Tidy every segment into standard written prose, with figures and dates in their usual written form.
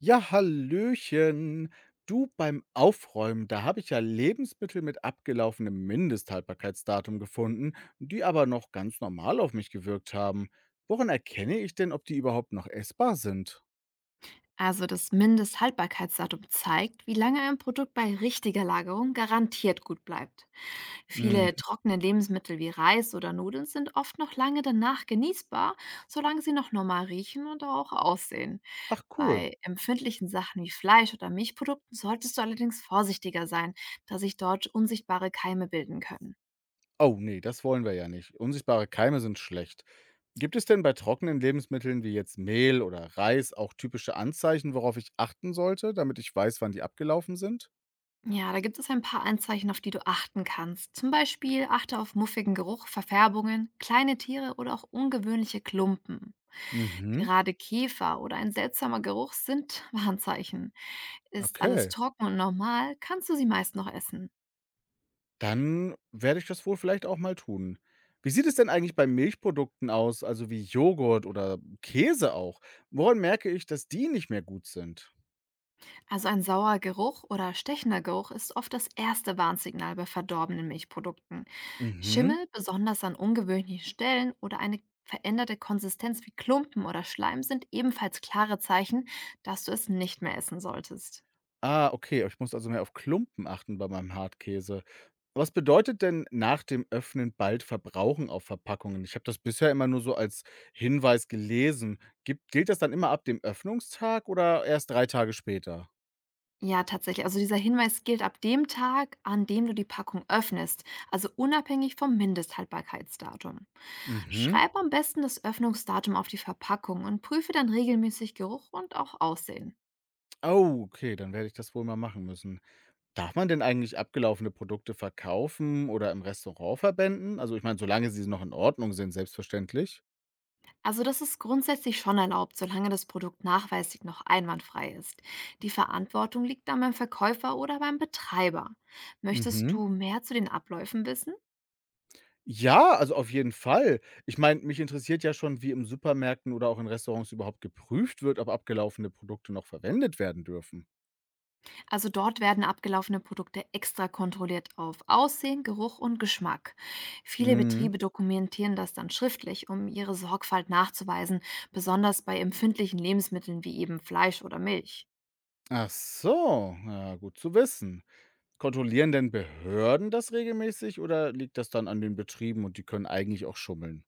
Ja, hallöchen. Du beim Aufräumen, da habe ich ja Lebensmittel mit abgelaufenem Mindesthaltbarkeitsdatum gefunden, die aber noch ganz normal auf mich gewirkt haben. Woran erkenne ich denn, ob die überhaupt noch essbar sind? Also das Mindesthaltbarkeitsdatum zeigt, wie lange ein Produkt bei richtiger Lagerung garantiert gut bleibt. Hm. Viele trockene Lebensmittel wie Reis oder Nudeln sind oft noch lange danach genießbar, solange sie noch normal riechen und auch aussehen. Ach cool. Bei empfindlichen Sachen wie Fleisch oder Milchprodukten solltest du allerdings vorsichtiger sein, da sich dort unsichtbare Keime bilden können. Oh nee, das wollen wir ja nicht. Unsichtbare Keime sind schlecht. Gibt es denn bei trockenen Lebensmitteln wie jetzt Mehl oder Reis auch typische Anzeichen, worauf ich achten sollte, damit ich weiß, wann die abgelaufen sind? Ja, da gibt es ein paar Anzeichen, auf die du achten kannst. Zum Beispiel achte auf muffigen Geruch, Verfärbungen, kleine Tiere oder auch ungewöhnliche Klumpen. Mhm, Gerade Käfer oder ein seltsamer Geruch sind Warnzeichen. Ist alles okay. trocken und normal, kannst du sie meist noch essen. Dann werde ich das wohl vielleicht auch mal tun. Wie sieht es denn eigentlich bei Milchprodukten aus, also wie Joghurt oder Käse auch? Woran merke ich, dass die nicht mehr gut sind? Also ein sauer Geruch oder stechender Geruch ist oft das erste Warnsignal bei verdorbenen Milchprodukten. Mhm. Schimmel, besonders an ungewöhnlichen Stellen oder eine veränderte Konsistenz wie Klumpen oder Schleim sind ebenfalls klare Zeichen, dass du es nicht mehr essen solltest. Ah, okay. Ich muss also mehr auf Klumpen achten bei meinem Hartkäse. Was bedeutet denn nach dem Öffnen bald verbrauchen auf Verpackungen? Ich habe das bisher immer nur so als Hinweis gelesen. Gilt das dann immer ab dem Öffnungstag oder erst 3 Tage später? Ja, tatsächlich. Also dieser Hinweis gilt ab dem Tag, an dem du die Packung öffnest, also unabhängig vom Mindesthaltbarkeitsdatum. Mhm. Schreib am besten das Öffnungsdatum auf die Verpackung und prüfe dann regelmäßig Geruch und auch Aussehen. Oh, okay, dann werde ich das wohl mal machen müssen. Darf man denn eigentlich abgelaufene Produkte verkaufen oder im Restaurant verwenden? Also, ich meine, solange sie noch in Ordnung sind, selbstverständlich. Also das ist grundsätzlich schon erlaubt, solange das Produkt nachweislich noch einwandfrei ist. Die Verantwortung liegt dann beim Verkäufer oder beim Betreiber. Möchtest Mhm. du mehr zu den Abläufen wissen? Ja, also auf jeden Fall. Ich meine, mich interessiert ja schon, wie im Supermärkten oder auch in Restaurants überhaupt geprüft wird, ob abgelaufene Produkte noch verwendet werden dürfen. Also dort werden abgelaufene Produkte extra kontrolliert auf Aussehen, Geruch und Geschmack. Viele Mhm. Betriebe dokumentieren das dann schriftlich, um ihre Sorgfalt nachzuweisen, besonders bei empfindlichen Lebensmitteln wie eben Fleisch oder Milch. Ach so, ja, gut zu wissen. Kontrollieren denn Behörden das regelmäßig oder liegt das dann an den Betrieben und die können eigentlich auch schummeln?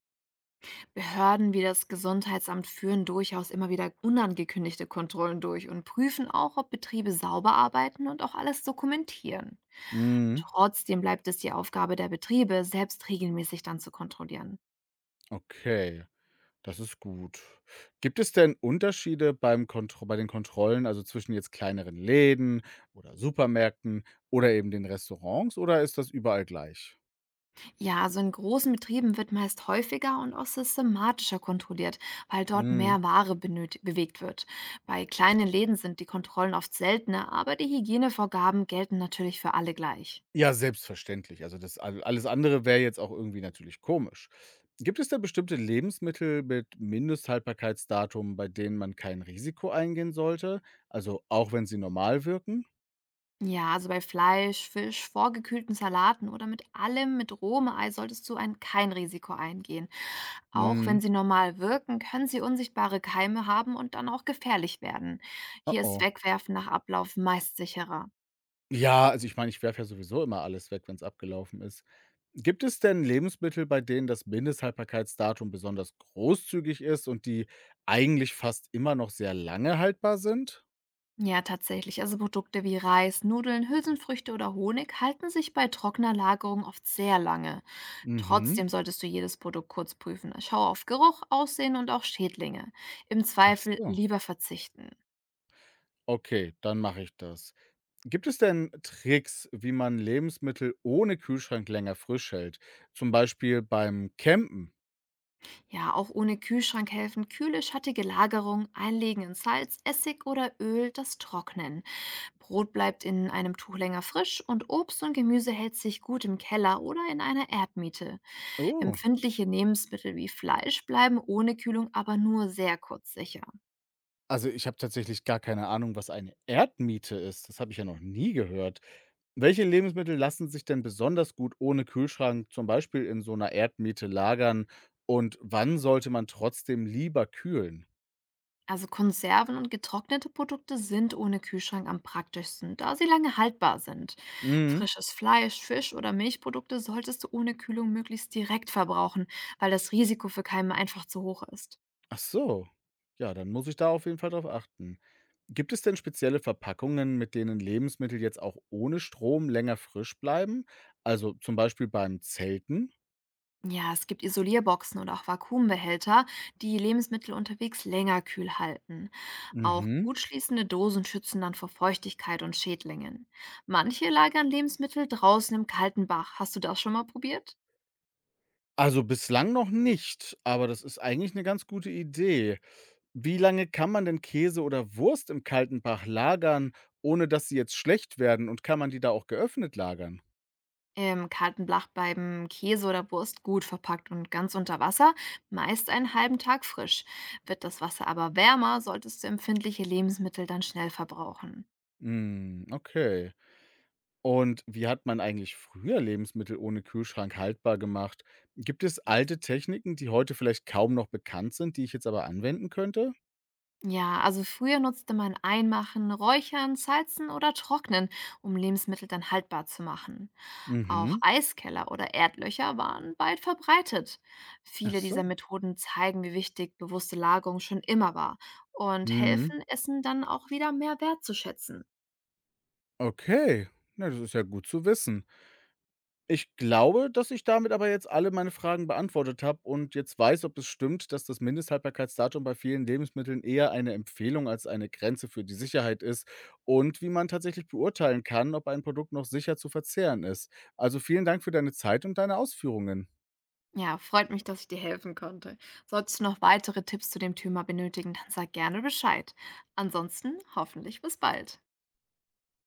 Behörden wie das Gesundheitsamt führen durchaus immer wieder unangekündigte Kontrollen durch und prüfen auch, ob Betriebe sauber arbeiten und auch alles dokumentieren. Mhm. Trotzdem bleibt es die Aufgabe der Betriebe, selbst regelmäßig dann zu kontrollieren. Okay. Das ist gut. Gibt es denn Unterschiede beim Kontro bei den Kontrollen, also zwischen jetzt kleineren Läden oder Supermärkten oder eben den Restaurants oder ist das überall gleich? Ja, also in großen Betrieben wird meist häufiger und auch systematischer kontrolliert, weil dort Mhm. mehr Ware bewegt wird. Bei kleinen Läden sind die Kontrollen oft seltener, aber die Hygienevorgaben gelten natürlich für alle gleich. Ja, selbstverständlich. Also das al alles andere wäre jetzt auch irgendwie natürlich komisch. Gibt es da bestimmte Lebensmittel mit Mindesthaltbarkeitsdatum, bei denen man kein Risiko eingehen sollte, also auch wenn sie normal wirken? Ja, also bei Fleisch, Fisch, vorgekühlten Salaten oder mit allem mit rohem Ei solltest du kein Risiko eingehen. Auch wenn Mhm. sie normal wirken, können sie unsichtbare Keime haben und dann auch gefährlich werden. Oh, Hier ist oh. Wegwerfen nach Ablauf meist sicherer. Ja, also ich meine, ich werfe ja sowieso immer alles weg, wenn es abgelaufen ist. Gibt es denn Lebensmittel, bei denen das Mindesthaltbarkeitsdatum besonders großzügig ist und die eigentlich fast immer noch sehr lange haltbar sind? Ja, tatsächlich. Also Produkte wie Reis, Nudeln, Hülsenfrüchte oder Honig halten sich bei trockener Lagerung oft sehr lange. Mhm. Trotzdem solltest du jedes Produkt kurz prüfen. Schau auf Geruch, Aussehen und auch Schädlinge. Im Ach Zweifel so. lieber verzichten. Okay, dann mache ich das. Gibt es denn Tricks, wie man Lebensmittel ohne Kühlschrank länger frisch hält, zum Beispiel beim Campen? Ja, auch ohne Kühlschrank helfen kühle, schattige Lagerung, Einlegen in Salz, Essig oder Öl, das Trocknen. Brot bleibt in einem Tuch länger frisch und Obst und Gemüse hält sich gut im Keller oder in einer Erdmiete. Oh. Empfindliche Lebensmittel wie Fleisch bleiben ohne Kühlung aber nur sehr kurz sicher. Also, ich habe tatsächlich gar keine Ahnung, was eine Erdmiete ist. Das habe ich ja noch nie gehört. Welche Lebensmittel lassen sich denn besonders gut ohne Kühlschrank, zum Beispiel in so einer Erdmiete lagern? Und wann sollte man trotzdem lieber kühlen? Also Konserven und getrocknete Produkte sind ohne Kühlschrank am praktischsten, da sie lange haltbar sind. Mhm. Frisches Fleisch, Fisch oder Milchprodukte solltest du ohne Kühlung möglichst direkt verbrauchen, weil das Risiko für Keime einfach zu hoch ist. Ach so. Ja, dann muss ich da auf jeden Fall drauf achten. Gibt es denn spezielle Verpackungen, mit denen Lebensmittel jetzt auch ohne Strom länger frisch bleiben? Also, zum Beispiel beim Zelten? Ja, es gibt Isolierboxen oder auch Vakuumbehälter, die Lebensmittel unterwegs länger kühl halten. Auch Mhm. gut schließende Dosen schützen dann vor Feuchtigkeit und Schädlingen. Manche lagern Lebensmittel draußen im kalten Bach. Hast du das schon mal probiert? Also, bislang noch nicht, aber das ist eigentlich eine ganz gute Idee. Wie lange kann man denn Käse oder Wurst im kalten Fach lagern, ohne dass sie jetzt schlecht werden, und kann man die da auch geöffnet lagern? Im kalten Blach bleiben Käse oder Wurst gut verpackt und ganz unter Wasser, meist einen halben Tag frisch. Wird das Wasser aber wärmer, solltest du empfindliche Lebensmittel dann schnell verbrauchen. Hm, okay. Und wie hat man eigentlich früher Lebensmittel ohne Kühlschrank haltbar gemacht? Gibt es alte Techniken, die heute vielleicht kaum noch bekannt sind, die ich jetzt aber anwenden könnte? Ja, also früher nutzte man Einmachen, Räuchern, Salzen oder Trocknen, um Lebensmittel dann haltbar zu machen. Auch Mhm. Eiskeller oder Erdlöcher waren weit verbreitet. Ach Viele dieser so. Methoden zeigen, wie wichtig bewusste Lagerung schon immer war und Mhm. helfen, Essen dann auch wieder mehr wertzuschätzen. Okay. Na, das ist ja gut zu wissen. Ich glaube, dass ich damit aber jetzt alle meine Fragen beantwortet habe und jetzt weiß, ob es stimmt, dass das Mindesthaltbarkeitsdatum bei vielen Lebensmitteln eher eine Empfehlung als eine Grenze für die Sicherheit ist und wie man tatsächlich beurteilen kann, ob ein Produkt noch sicher zu verzehren ist. Also vielen Dank für deine Zeit und deine Ausführungen. Ja, freut mich, dass ich dir helfen konnte. Solltest du noch weitere Tipps zu dem Thema benötigen, dann sag gerne Bescheid. Ansonsten hoffentlich bis bald.